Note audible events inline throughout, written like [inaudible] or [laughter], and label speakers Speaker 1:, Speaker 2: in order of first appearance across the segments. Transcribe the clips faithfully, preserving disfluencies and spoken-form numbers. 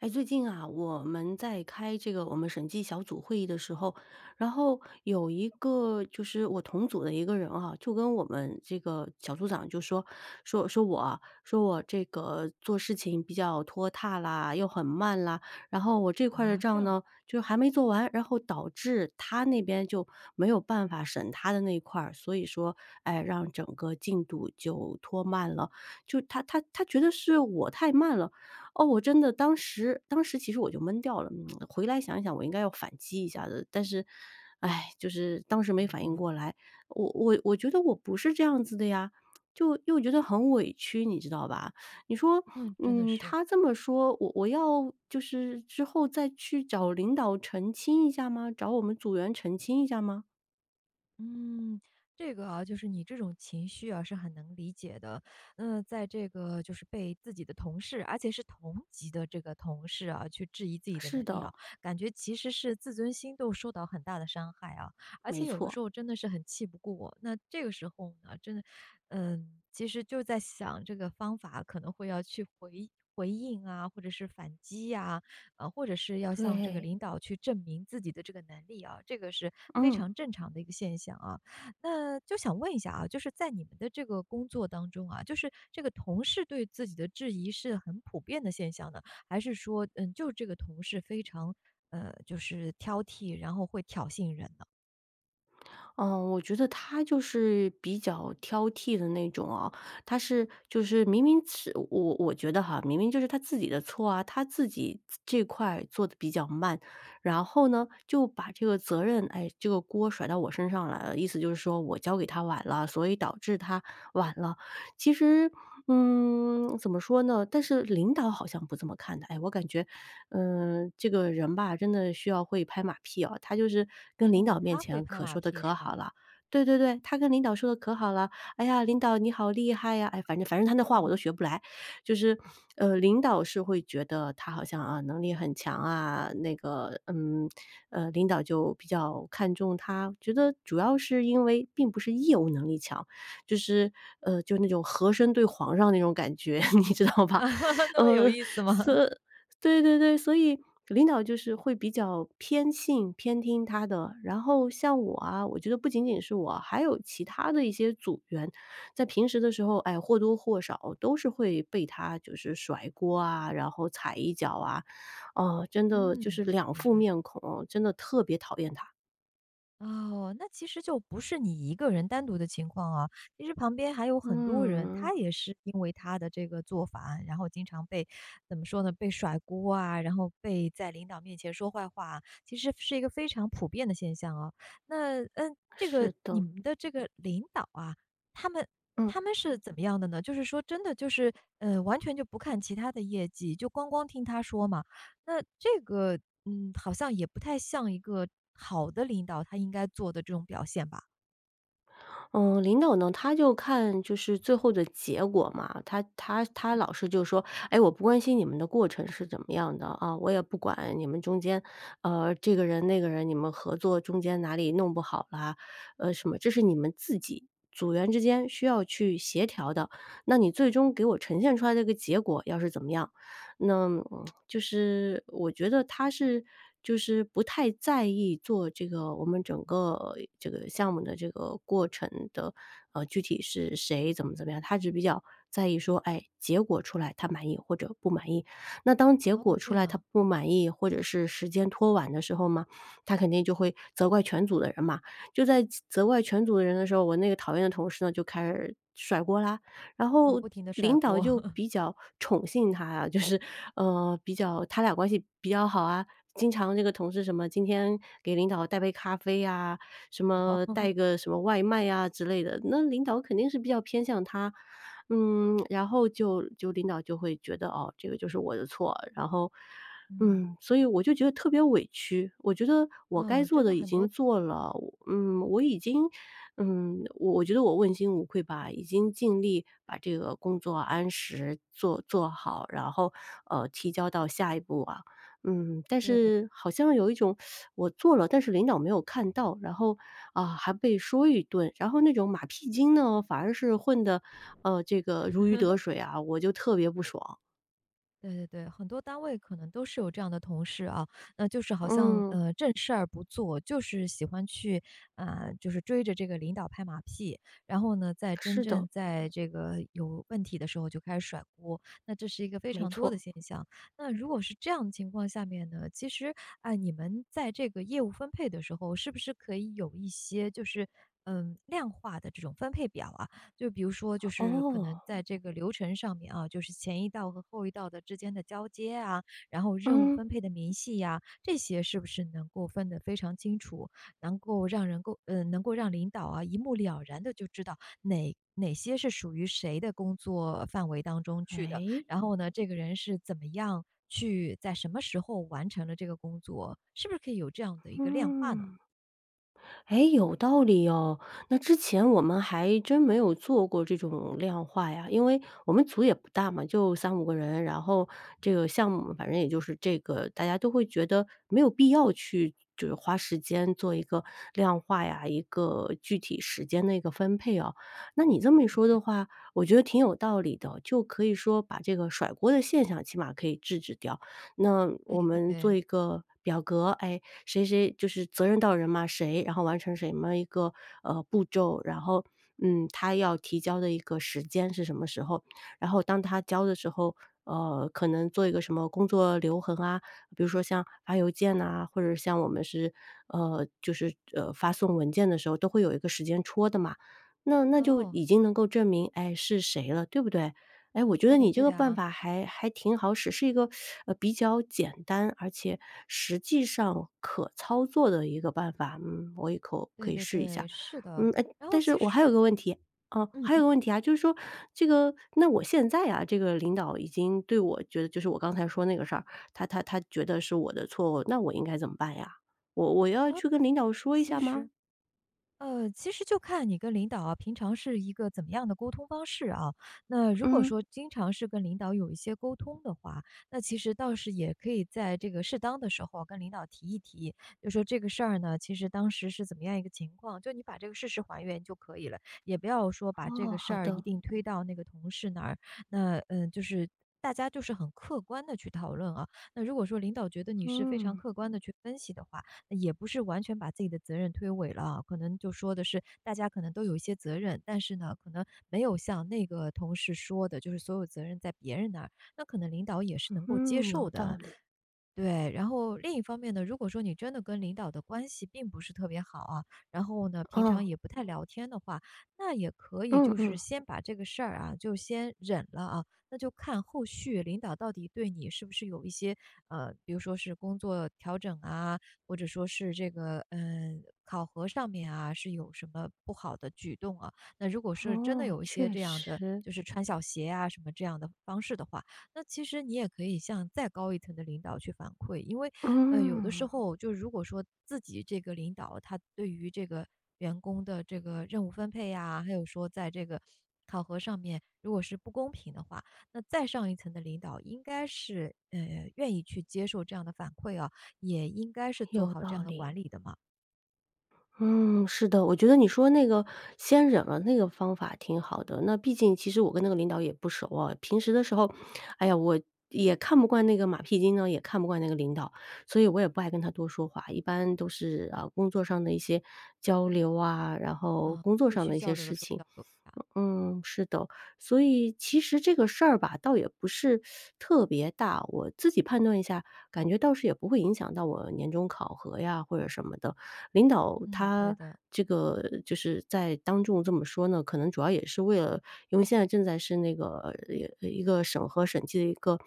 Speaker 1: 哎，最近啊，我们在开这个我们审计小组会议的时候，然后有一个就是我同组的一个人啊，就跟我们这个小组长就说说说我啊，说我这个做事情比较拖沓啦，又很慢啦，然后我这块儿的
Speaker 2: 啊，这
Speaker 1: 账
Speaker 2: 样。
Speaker 1: 呢，就还没做完，然后导致他那边就没有办法审他的那一块儿，所以说，哎，让整个进度就拖慢了。就他他他觉得是我太慢了。哦，我真的当时当时其实我就闷掉了，嗯，回来想一想我应该要反击一下的，但是，哎，就是当时没反应过来。我我我觉得我不是这样子的呀，就又觉得很委屈，你知道吧？你说，
Speaker 2: 嗯，真的
Speaker 1: 嗯，
Speaker 2: 是。
Speaker 1: 他这么说，我我要就是之后再去找领导澄清一下吗？找我们组员澄清一下吗？
Speaker 2: 嗯，这个啊，就是你这种情绪啊，是很能理解的。那在这个就是被自己的同事，而且是同级的这个同事啊，去质疑自己的
Speaker 1: 是
Speaker 2: 能力
Speaker 1: 的，
Speaker 2: 啊，感觉其实是自尊心都受到很大的伤害啊。而
Speaker 1: 没
Speaker 2: 且有的
Speaker 1: 错。
Speaker 2: 时候真的是很气不过，那这个时候呢，真的，嗯，其实就在想这个方法可能会要去回回应啊，或者是反击呀、啊，或者是要向这个
Speaker 1: 对，
Speaker 2: 领导去证明自己的这个能力啊，这个是非
Speaker 1: 嗯。
Speaker 2: 常正常的一个现象啊。那就想问一下啊，就是在你们的这个工作当中啊，就是这个同事对自己的质疑是很普遍的现象呢，还是说，嗯，就这个同事非常呃，就是挑剔，然后会挑衅人呢？
Speaker 1: 嗯，我觉得他就是比较挑剔的那种啊，他是就是明明是我我觉得哈，明明就是他自己的错啊，他自己这块做的比较慢，然后呢，就把这个责任，哎，这个锅甩到我身上来了，意思就是说我交给他晚了，所以导致他晚了。其实，嗯，怎么说呢？但是领导好像不这么看的，哎，我感觉嗯，这个人吧，真的需要会拍马屁哦，他就是跟领
Speaker 2: 哦，
Speaker 1: 导面
Speaker 2: 他会
Speaker 1: 前
Speaker 2: 拍
Speaker 1: 可
Speaker 2: 马
Speaker 1: 说的
Speaker 2: 屁
Speaker 1: 可
Speaker 2: 是吧？
Speaker 1: 好了。对对对，他跟领导说的可好了，哎呀，领导你好厉害呀，哎，反正反正他那话我
Speaker 2: 嗯
Speaker 1: 都学不来，就是，呃，领导是会觉得他好像啊能力很强啊，那个，嗯，呃，领导就比较看重他，觉得主要是因为并不是业务能力强，就是，呃，就那种和珅对皇上那种感觉，[laughs] 你知道
Speaker 2: [laughs]
Speaker 1: 吧？
Speaker 2: 啊，那么有
Speaker 1: 呃，
Speaker 2: 意思吗？
Speaker 1: 所
Speaker 2: [laughs]
Speaker 1: 对对对，所以领导就是会比较偏信、偏听他的。然后像我啊，我觉得不仅仅是我，还有其他的一些组员，在平时的时候，哎，或多或少都是会被他就是甩锅啊，然后踩一脚啊，哦，真的就
Speaker 2: 嗯，
Speaker 1: 是两
Speaker 2: 明
Speaker 1: 副
Speaker 2: 白。
Speaker 1: 面孔，真的特别讨厌他。
Speaker 2: 哦，那其实就不是你一个人单独的情况啊，其实旁边还有很多人，
Speaker 1: 嗯，
Speaker 2: 他也是因为他的这个做法，然后经常被怎么说呢，被甩锅啊，然后被在领导面前说坏话啊其实是一个非常普遍的现象啊。那嗯，这个
Speaker 1: 是
Speaker 2: 你
Speaker 1: 的，
Speaker 2: 们的这个领导啊，他们
Speaker 1: 嗯。
Speaker 2: 他们是怎么样的呢？就是说真的就是呃，完全就不看其他的业绩，就光光听他说嘛。那这个，嗯，好像也不太像一个好的领导他应该做的这种表现吧？
Speaker 1: 嗯，领导呢，他就看就是最后的结果嘛，他他他老是就说，哎，我不关心你们的过程是怎么样的啊，我也不管你们中间，呃，这个人那个人，你们合作中间哪里弄不好啦，呃，什么，这是你们自己组员之间需要去协调的。那你最终给我呈现出来的一个结果要是怎么样，那就是我觉得他是就是不太在意做这个我们整个这个项目的这个过程的，呃，具体是谁怎么怎么样，他只比较在意说，哎，结果出来他满意或者不满意。那当结
Speaker 2: 哦，
Speaker 1: 果出
Speaker 2: 这
Speaker 1: 来他
Speaker 2: 样，
Speaker 1: 不满意，或者是时间拖晚的时候嘛，他肯定就会责怪全组的人嘛。就在责怪全组的人的时候，我那个讨厌的同事呢，就开始甩锅啦，然
Speaker 2: 啊，
Speaker 1: 后
Speaker 2: 不停的甩
Speaker 1: 领导
Speaker 2: 锅。
Speaker 1: 就比较宠幸他啊，就是，呃，比较他俩关系比较好啊，经常这个同事什么今天给领导带杯咖啡呀，什
Speaker 2: [laughs]
Speaker 1: 么
Speaker 2: 哇，
Speaker 1: 带个什么外卖呀之类的，那领导肯定是比较偏向他。嗯，然后就就领导就会觉得，哦，这个就是我的错，然后
Speaker 2: 嗯。
Speaker 1: 嗯，所以我就觉得特别委屈，我觉得我该
Speaker 2: 哦，
Speaker 1: 做
Speaker 2: 真的
Speaker 1: 的已
Speaker 2: 很
Speaker 1: 经
Speaker 2: 多
Speaker 1: 做了，嗯，我已经，嗯，我我觉得我问心无愧吧，已经尽力把这个工作按时做做好，然后呃提交到下一步啊，嗯，但
Speaker 2: 对。
Speaker 1: 是好像有一种我做了，但是领导没有看到，然后啊、还被说一顿，然后那种马屁精呢，反而是混的呃这个如鱼得水啊，我就特别不爽，
Speaker 2: 对对对，很多单位可能都是有这样的同事啊，那就是好像
Speaker 1: 嗯，
Speaker 2: 呃正事儿不做，就是喜欢去啊、就是追着这个领导拍马屁，然后呢，在真
Speaker 1: 是的，
Speaker 2: 正在这个有问题的时候就开始甩锅，那这是一个非
Speaker 1: 没
Speaker 2: 常多的
Speaker 1: 错。
Speaker 2: 现象。那如果是这样的情况下面呢，其实啊、你们在这个业务分配的时候，是不是可以有一些就是嗯量化的这种分配表啊？就比如说，就是可
Speaker 1: 哦，
Speaker 2: 能在这个流程上面啊，就是前一道和后一道的之间的交接啊，然后任务
Speaker 1: 嗯，
Speaker 2: 分配的明细呀、这些是不是能够分得非常清楚，能够让人够，呃，能够让领导啊一目了然的就知道哪哪些是属于谁的工作范围当中去的，
Speaker 1: 哎，
Speaker 2: 然后呢，这个人是怎么样去在什么时候完成了这个工作，是不是可以有这样的一个量化呢？
Speaker 1: 嗯，哎，有道理哦。那之前我们还真没有做过这种量化呀，因为我们组也不大嘛，就三五个人，然后这个项目反正也就是这个，大家都会觉得没有必要去就是花时间做一个量化呀，一个具体时间的一个分配哦。那你这么一说的话，我觉得挺有道理的，就可以说把这个甩锅的现象起码可以制止掉，那
Speaker 2: 哎，
Speaker 1: 我们做
Speaker 2: 对，
Speaker 1: 一个表格，哎，谁谁就是责任到人嘛，谁，然后完成什么一个呃步骤，然后嗯，他要提交的一个时间是什么时候，然后当他交的时候。呃，可能做一个什么工作留痕啊，比如说像发邮件呐、或者像我们是呃，就是呃发送文件的时候，都会有一个时间戳的嘛。那那就
Speaker 2: 哦，
Speaker 1: 已经能够证明，哎，是谁了，对不对？哎，我觉
Speaker 2: 哎，
Speaker 1: 得你这
Speaker 2: 对
Speaker 1: 个办
Speaker 2: 啊，
Speaker 1: 法还还挺好使，是一个，呃，比较简单，而且实际上可操作的一个办法。嗯，我以后可
Speaker 2: 对
Speaker 1: 以
Speaker 2: 对
Speaker 1: 试一
Speaker 2: 对，
Speaker 1: 下。
Speaker 2: 是的。
Speaker 1: 嗯，哎，
Speaker 2: 然
Speaker 1: 但
Speaker 2: 后
Speaker 1: 是
Speaker 2: 其
Speaker 1: 我还有
Speaker 2: 实
Speaker 1: 个问题，哦，
Speaker 2: 嗯
Speaker 1: 还有
Speaker 2: 嗯，
Speaker 1: 个问题啊，就是说这个那我现在啊，这个领导已经对我觉得就是我刚才说那个事儿，他他他觉得是我的错误，那我应该怎么办呀？我我要
Speaker 2: 啊，
Speaker 1: 去跟领导说一
Speaker 2: 其
Speaker 1: 下吗？
Speaker 2: 实呃，其实就看你跟领导啊，平常是一个怎么样的沟通方式啊。那如果
Speaker 1: 嗯，
Speaker 2: 说经常是跟领导有一些沟通的话，那其实倒是也可以在这个适当的时候啊跟领导提一提，就说这个事儿呢，其实当时是怎么样一个情况，就你把这个事实还原就可以了，也不要说把这
Speaker 1: 哦，
Speaker 2: 个事
Speaker 1: 好
Speaker 2: 儿一
Speaker 1: 的，
Speaker 2: 定推到那个同事那儿。那嗯，呃就是大家就是很客观的去讨论啊。那如果说领导觉得你是非常
Speaker 1: 嗯，
Speaker 2: 客观的去分析的话，也不是完全把自己的责任推诿了啊，可能就说的是大家可能都有一些责任，但是呢，可能没有像那个同事说的，就是所有责任在别人那儿，那可能领导也是能够接
Speaker 1: 嗯，有
Speaker 2: 受
Speaker 1: 道
Speaker 2: 的。
Speaker 1: 理，
Speaker 2: 对，然后另一方面呢，如果说你真的跟领导的关系并不是特别好啊，然后呢，平
Speaker 1: 嗯，
Speaker 2: 常也不太聊天的话，那也可以
Speaker 1: 嗯
Speaker 2: 就是
Speaker 1: 嗯。
Speaker 2: 先把这个事儿啊，就先忍了啊，那就看后续领导到底对你是不是有一些呃，比如说是工作调整啊，或者说是这个嗯、呃考核上面啊，是有什么不好的举动啊？那如果是真的
Speaker 1: 哦，
Speaker 2: 有一些
Speaker 1: 确
Speaker 2: 这样的，
Speaker 1: 实，
Speaker 2: 就是穿小鞋啊什么这样的方式的话，那其实你也可以向再高一层的领导去反馈，因为，呃，有的时
Speaker 1: 嗯，
Speaker 2: 候就如果说自己这个领导他对于这个员工的这个任务分配呀，还有说在这个考核上面如果是不公平的话，那再上一层的领导应该是呃愿意去接受这样的反馈啊，也应该是做
Speaker 1: 有
Speaker 2: 好这
Speaker 1: 道
Speaker 2: 样的
Speaker 1: 理。
Speaker 2: 管理的嘛。
Speaker 1: 嗯，是的，我觉得你说那个先忍了那个方法挺好的。那毕竟其实我跟那个领导也不熟啊，平时的时候，哎呀，我也看不惯那个马屁精呢，也看不惯那个领导，所以我也不爱跟他多说话。一般都是啊，工作上的一些交流啊，然后
Speaker 2: 啊，
Speaker 1: 工作
Speaker 2: 必
Speaker 1: 上
Speaker 2: 须
Speaker 1: 的一些
Speaker 2: 交流
Speaker 1: 事
Speaker 2: 的时候
Speaker 1: 情。
Speaker 2: 交流一下。
Speaker 1: 嗯，是的，所以其实这个事儿吧，倒也不是特别大。我自己判断一下，感觉倒是也不会影响到我年终考核呀或者什么的。领导
Speaker 2: 嗯，对
Speaker 1: 他
Speaker 2: 的。
Speaker 1: 这个就是在当众这么说呢，可能主要也是为了因为现在正在是那个呃一个审核审计的一个，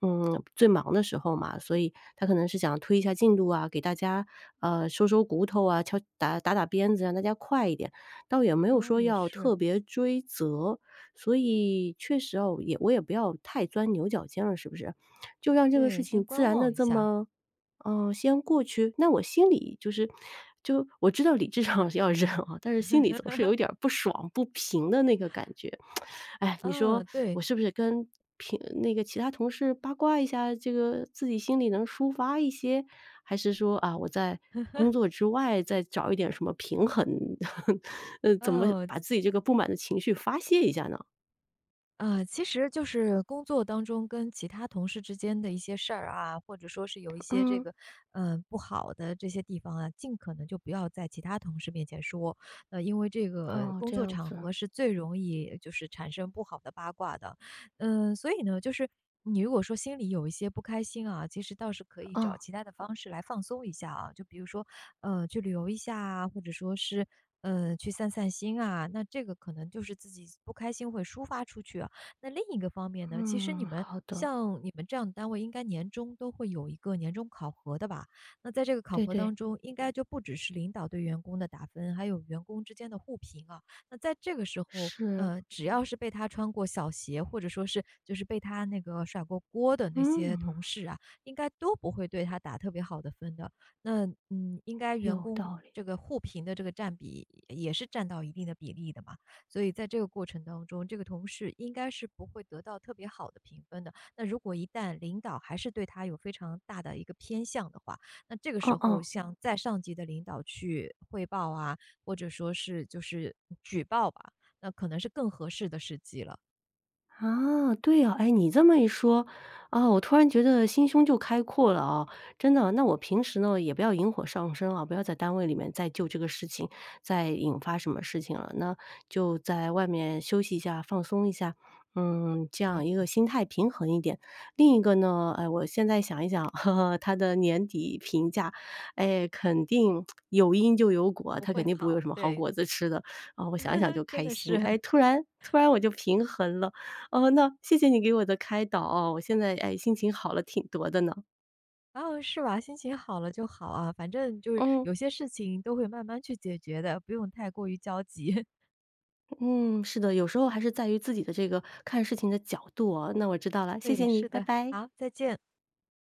Speaker 1: 嗯，最忙的时候嘛，所以他可能是想推一下进度啊，给大家，呃，收收骨头啊，敲打打打鞭子，让大家快一点，倒也没有
Speaker 2: 哦，
Speaker 1: 说
Speaker 2: 也
Speaker 1: 要
Speaker 2: 是，
Speaker 1: 特别追责。所以确实哦，也我也不要太钻牛角尖了，是不是？就让这个事
Speaker 2: 对，
Speaker 1: 情
Speaker 2: 先
Speaker 1: 自
Speaker 2: 观
Speaker 1: 然的
Speaker 2: 望一
Speaker 1: 这
Speaker 2: 下。
Speaker 1: 么嗯，先过去，那我心里就是就我知道理智上 [laughs] 是要忍啊，但是心里总是有一点儿不爽、不平的那个感觉。哎，你说
Speaker 2: 嗯，对，
Speaker 1: 我是不是跟平那个其他同事八卦一下，这个自己心里能抒发一些？还是说啊，我在工作之外再找一点什么平衡？[laughs] 呃，怎么
Speaker 2: 哦，
Speaker 1: 把自己这个不满的情绪发泄一下呢？
Speaker 2: 呃，其实就是工作当中跟其他同事之间的一些事儿啊，或者说是有一些这
Speaker 1: 嗯，
Speaker 2: 个，嗯，不好的这些地方啊，尽可能就不要在其他同事面前说。呃，因为这个
Speaker 1: 哦，
Speaker 2: 工
Speaker 1: 这
Speaker 2: 作
Speaker 1: 样
Speaker 2: 场
Speaker 1: 子，
Speaker 2: 合是最容易就是产生不好的八卦的。嗯，所以呢，就是你如果说心里有一些不开心啊，其实倒是可以找
Speaker 1: 哦，
Speaker 2: 其他的方式来放松一下啊。就比如说，呃，去旅游一下啊，或者说是。呃，去散散心啊，那这个可能就是自己不开心会抒发出去啊。那另一个方面呢，其实你
Speaker 1: 嗯，
Speaker 2: 们
Speaker 1: 好的，
Speaker 2: 像你们这样的单位，应该年终都会有一个年终考核的吧？那在这个考
Speaker 1: 对
Speaker 2: 核
Speaker 1: 对，
Speaker 2: 当中，应该就不只是领导对员工的打分，还有员工之间的互评啊。那在这个时候，
Speaker 1: 是，
Speaker 2: 呃，只要是被他穿过小鞋，或者说是就是被他那个甩过锅的那些
Speaker 1: 嗯。
Speaker 2: 同事啊，应该都不会对他打特别好的分的。那嗯，应该员
Speaker 1: 有
Speaker 2: 工
Speaker 1: 道理，
Speaker 2: 这个互评的这个占比也是占到一定的比例的嘛。所以在这个过程当中，这个同事应该是不会得到特别好的评分的。那如果一旦领导还是对他有非常大的一个偏向的话，那这个
Speaker 1: 嗯
Speaker 2: 时候
Speaker 1: 嗯，
Speaker 2: 向再上级的领导去汇报啊，或者说是就是举报吧，那可能是更合适的时机了。
Speaker 1: 啊，对哦，哎，你这么一说，啊，我突然觉得心胸就开阔了啊，真的。那我平时呢，也不要引火上身啊，不要在单位里面再就这个事情再引发什么事情了，那就在外面休息一下，放松一下，嗯，这
Speaker 2: 对，
Speaker 1: 样一个心态平衡一点。另一个呢，哎，我现在想一想，[laughs] 呵呵，他的年底评价，哎，肯定有因就有果，
Speaker 2: 不
Speaker 1: 他肯
Speaker 2: 会
Speaker 1: 定不会有
Speaker 2: 好，
Speaker 1: 什么好
Speaker 2: 对，
Speaker 1: 果子吃的，啊，我想一想就
Speaker 2: [laughs] 真
Speaker 1: 开
Speaker 2: 的是。
Speaker 1: 心，哎，
Speaker 2: [laughs]
Speaker 1: 突然突然我就平衡了。哦，那谢谢你给我的开导哦，我现在，哎，心情好了挺多的呢。
Speaker 2: 然后是吧，心情好了就好啊，反正就是
Speaker 1: 嗯，
Speaker 2: 有些事情都会慢慢去解决的，不用太过于焦急。[laughs]
Speaker 1: 嗯，是的，有时候还是在于自己的这个看事情的角度哦，那我知道了，谢谢
Speaker 2: 对，
Speaker 1: 你，
Speaker 2: 是
Speaker 1: 拜
Speaker 2: 的，
Speaker 1: 拜。
Speaker 2: 好，再见。